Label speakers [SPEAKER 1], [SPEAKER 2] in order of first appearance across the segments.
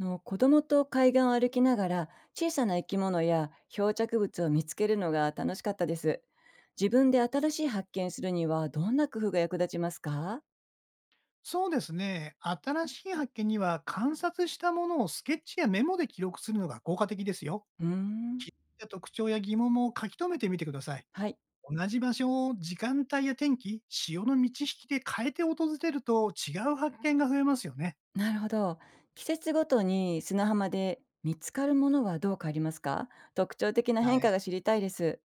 [SPEAKER 1] の子供と海岸を歩きながら小さな生き物や漂着物を見つけるのが楽しかったです。自分で新しい発見するにはどんな工夫が役立ちますか？
[SPEAKER 2] そうですね。新しい発見には観察したものをスケッチやメモで記録するのが効果的ですよ。
[SPEAKER 1] うー
[SPEAKER 2] 気
[SPEAKER 1] ん。
[SPEAKER 2] づいた特徴や疑問も書き留めてみてください。
[SPEAKER 1] はい。
[SPEAKER 2] 同じ場所を時間帯や天気、潮の満ち引きで変えて訪れると違う発見が増えますよね。
[SPEAKER 1] なるほど。季節ごとに砂浜で見つかるものはどう変わりますか？特徴的な
[SPEAKER 2] は
[SPEAKER 1] 変化
[SPEAKER 2] い。
[SPEAKER 1] が知りたいです。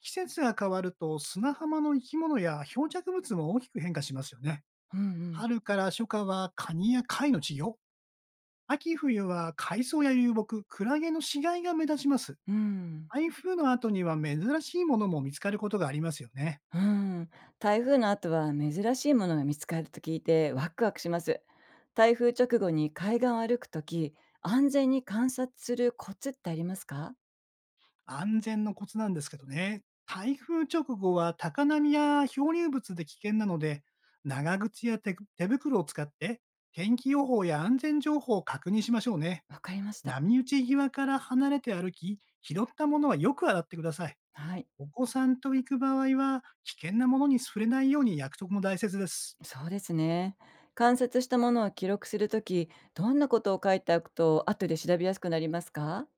[SPEAKER 2] 季節が変わると砂浜の生き物や漂着物も大きく変化しますよね。
[SPEAKER 1] うんうん。
[SPEAKER 2] 春から初夏はカニや貝の稚魚、秋冬は海藻や流木、クラゲの死骸が目立ちます。
[SPEAKER 1] うん。
[SPEAKER 2] 台風の後には珍しいものも見つかることがありますよね。
[SPEAKER 1] うーん、台風の後は珍しいものが見つかると聞いてワクワクします。台風直後に海岸を歩くとき、安全に観察するコツってありますか？
[SPEAKER 2] 安全のコツなんですけどね。台風直後は高波や漂流物で危険なので、長靴や手袋を使って天気予報や安全情報を確認しましょうね。
[SPEAKER 1] わかりました。
[SPEAKER 2] 波打ち際から離れて歩き、拾ったものはよく洗ってください。
[SPEAKER 1] はい、
[SPEAKER 2] お子さんと行く場合は、危険なものに触れないように約束も大切です。
[SPEAKER 1] そうですね。観察したものを記録するとき、どんなことを書いておくと後で調べやすくなりますか？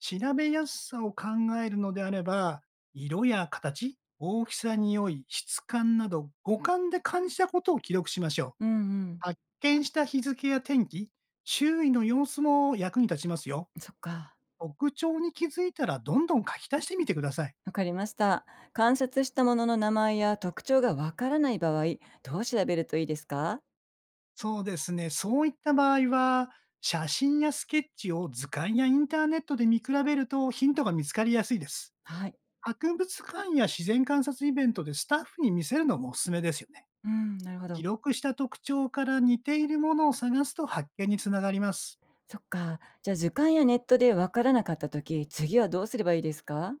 [SPEAKER 2] 調べやすさを考えるのであれば、色や形、大きさ、匂い、質感など五感で感じたことを記録しましょう。
[SPEAKER 1] うんうん、
[SPEAKER 2] 発見した日付や天気、周囲の様子も役に立ちますよ。
[SPEAKER 1] そっか。
[SPEAKER 2] 特徴に気づいたらどんどん書き足してみてください。
[SPEAKER 1] わかりました。観察したものの名前や特徴がわからない場合、どう調べるといいですか？
[SPEAKER 2] そうですね。そういった場合は、写真やスケッチを図鑑やインターネットで見比べるとヒントが見つかりやすいです。
[SPEAKER 1] はい、
[SPEAKER 2] 博物館や自然観察イベントでスタッフに見せるのもおすすめですよね。
[SPEAKER 1] うん、なるほ
[SPEAKER 2] 記
[SPEAKER 1] ど。
[SPEAKER 2] 録した特徴から似ているものを探すと発見につながります。
[SPEAKER 1] そっか。じゃ、あ図鑑やネットでわからなかった時、次はどうすればいいですか？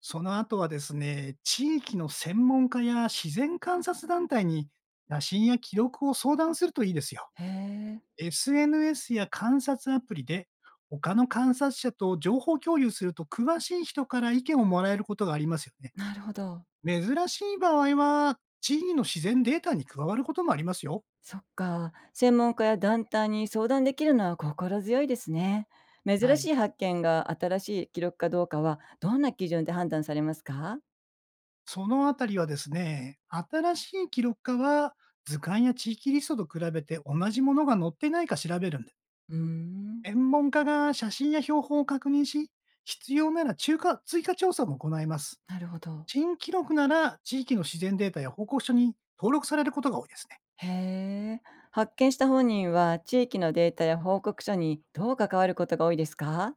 [SPEAKER 2] その後はですね、地域の専門家や自然観察団体に写真や記録を相談するといいですよ。
[SPEAKER 1] へえ、
[SPEAKER 2] SNS や観察アプリで他の観察者と情報共有すると詳しい人から意見をもらえることがありますよね。
[SPEAKER 1] なるほど。
[SPEAKER 2] 珍しい場合は地域の自然データに加わることもありますよ。
[SPEAKER 1] そっか。専門家や団体に相談できるのは心強いですね。
[SPEAKER 2] は
[SPEAKER 1] 珍し
[SPEAKER 2] い。
[SPEAKER 1] い発見が新しい記録かどうかは、どんな基準で判断されますか？
[SPEAKER 2] そのあたりはですね、新しい記録課は図鑑や地域リストと比べて同じものが載ってないか調べるんで、
[SPEAKER 1] うーん、
[SPEAKER 2] 専門家が写真や標本を確認し、必要なら中華追加調査も行います。
[SPEAKER 1] なるほど。
[SPEAKER 2] 新記録なら地域の自然データや報告書に登録されることが多いですね。
[SPEAKER 1] へえ。発見した本人は、地域のデータや報告書にどう関わることが多いですか？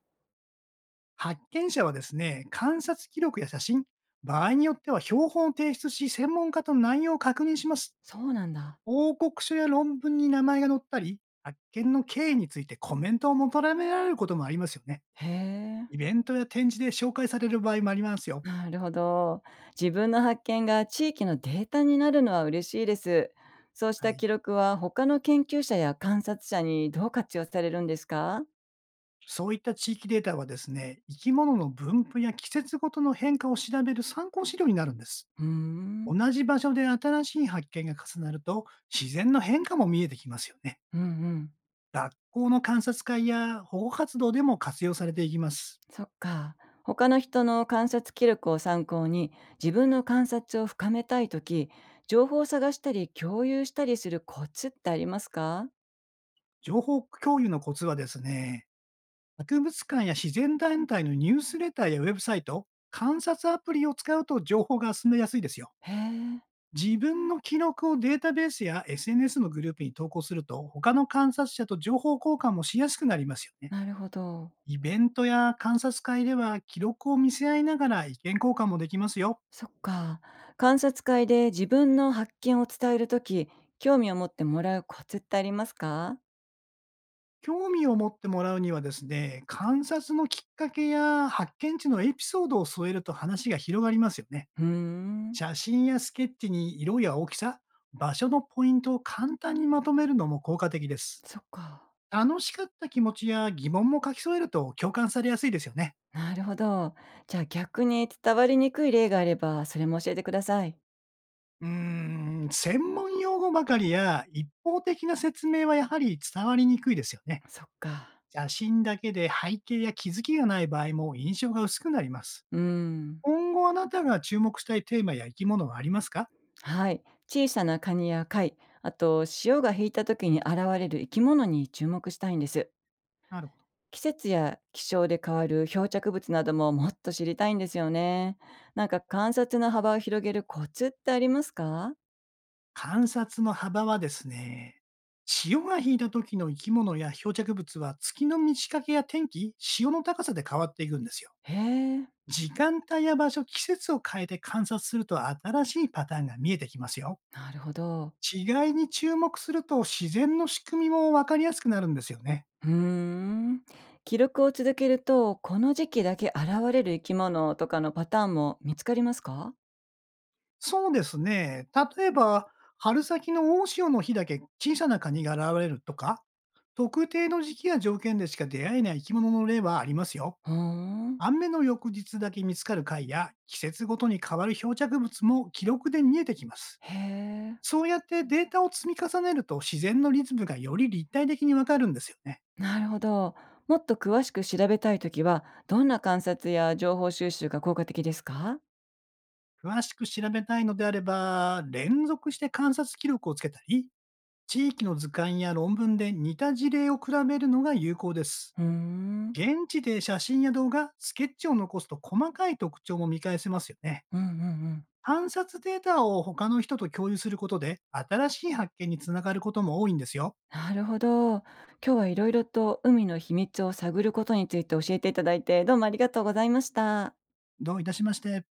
[SPEAKER 2] 発見者はですね、観察記録や写真、場合によっては標本を提出し、専門家と内容を確認します。
[SPEAKER 1] そうなんだ。
[SPEAKER 2] 報告書や論文に名前が載ったり、発見の経緯についてコメントを求められることもありますよね。
[SPEAKER 1] へえ。
[SPEAKER 2] イベントや展示で紹介される場合もありますよ。
[SPEAKER 1] なるほど。自分の発見が地域のデータになるのは嬉しいです。そうし
[SPEAKER 2] は
[SPEAKER 1] た
[SPEAKER 2] い。
[SPEAKER 1] 記録は他の研究者や観察者にどう活用されるんですか？
[SPEAKER 2] そういった地域データはですね、生き物の分布や季節ごとの変化を調べる参考資料になるんです。
[SPEAKER 1] うーん。
[SPEAKER 2] 同じ場所で新しい発見が重なると、自然の変化も見えてきますよね。
[SPEAKER 1] うんうん。
[SPEAKER 2] 学校の観察会や保護活動でも活用されていきます。
[SPEAKER 1] そっか。他の人の観察記録を参考に自分の観察を深めたいとき、情報を探したり共有したりするコツってありますか？
[SPEAKER 2] 情報共有のコツはですね、博物館や自然団体のニュースレターやウェブサイト、観察アプリを使うと情報が進めやすいですよ。
[SPEAKER 1] へえ、
[SPEAKER 2] 自分の記録をデータベースや SNS のグループに投稿すると、他の観察者と情報交換もしやすくなりますよね。
[SPEAKER 1] なるほど。
[SPEAKER 2] イベントや観察会では記録を見せ合いながら意見交換もできますよ。
[SPEAKER 1] そっか。観察会で自分の発見を伝えるとき、興味を持ってもらうコツってありますか？
[SPEAKER 2] 興味を持ってもらうにはですね、観察のきっかけや発見地のエピソードを添えると話が広がりますよね。
[SPEAKER 1] うーん、
[SPEAKER 2] 写真やスケッチに色や大きさ、場所のポイントを簡単にまとめるのも効果的です。
[SPEAKER 1] そっか。
[SPEAKER 2] 楽しかった気持ちや疑問も書き添えると共感されやすいですよね。
[SPEAKER 1] なるほど。じゃあ逆に伝わりにくい例があれば、それも教えてください。
[SPEAKER 2] うーん、専門用語ばかりや一方的な説明はやはり伝わりにくいですよね。
[SPEAKER 1] そっか。
[SPEAKER 2] 写真だけで背景や気づきがない場合も印象が薄くなります。
[SPEAKER 1] うーん。
[SPEAKER 2] 今後あなたが注目したいテーマや生き物はありますか？
[SPEAKER 1] はい。小さなカニや貝、あと潮が引いた時に現れる生き物に注目したいんです。
[SPEAKER 2] なるほど。
[SPEAKER 1] 季節や気象で変わる漂着物などももっと知りたいんですよね。なんか観察の幅を広げるコツってありますか？
[SPEAKER 2] 観察の幅はですね、潮が引いた時の生き物や漂着物は月の満ち欠けや天気、潮の高さで変わっていくんですよ。
[SPEAKER 1] へえ、
[SPEAKER 2] 時間帯や場所、季節を変えて観察すると新しいパターンが見えてきますよ。
[SPEAKER 1] なるほど。
[SPEAKER 2] 違いに注目すると自然の仕組みもわかりやすくなるんですよね。
[SPEAKER 1] うーん。記録を続けると、この時期だけ現れる生き物とかのパターンも見つかりますか？
[SPEAKER 2] そうですね。例えば、春先の大潮の日だけ小さなカニが現れるとか、特定の時期や条件でしか出会えない生き物の例はありますよ。
[SPEAKER 1] うーん。
[SPEAKER 2] 雨の翌日だけ見つかる貝や、季節ごとに変わる漂着物も記録で見えてきます。
[SPEAKER 1] へえ、
[SPEAKER 2] そうやってデータを積み重ねると自然のリズムがより立体的にわかるんですよね。
[SPEAKER 1] なるほど。もっと詳しく調べたいときは、どんな観察や情報収集が効果的ですか？
[SPEAKER 2] 詳しく調べたいのであれば、連続して観察記録をつけたり、地域の図鑑や論文で似た事例を比べるのが有効です。
[SPEAKER 1] うーん。
[SPEAKER 2] 現地で写真や動画、スケッチを残すと細かい特徴も見返せますよね。
[SPEAKER 1] うんうんうん。
[SPEAKER 2] 観察データを他の人と共有することで、新しい発見につながることも多いんですよ。
[SPEAKER 1] なるほど。今日はいろいろと海の秘密を探ることについて教えていただいて、どうもありがとうございました。
[SPEAKER 2] どういたしまして。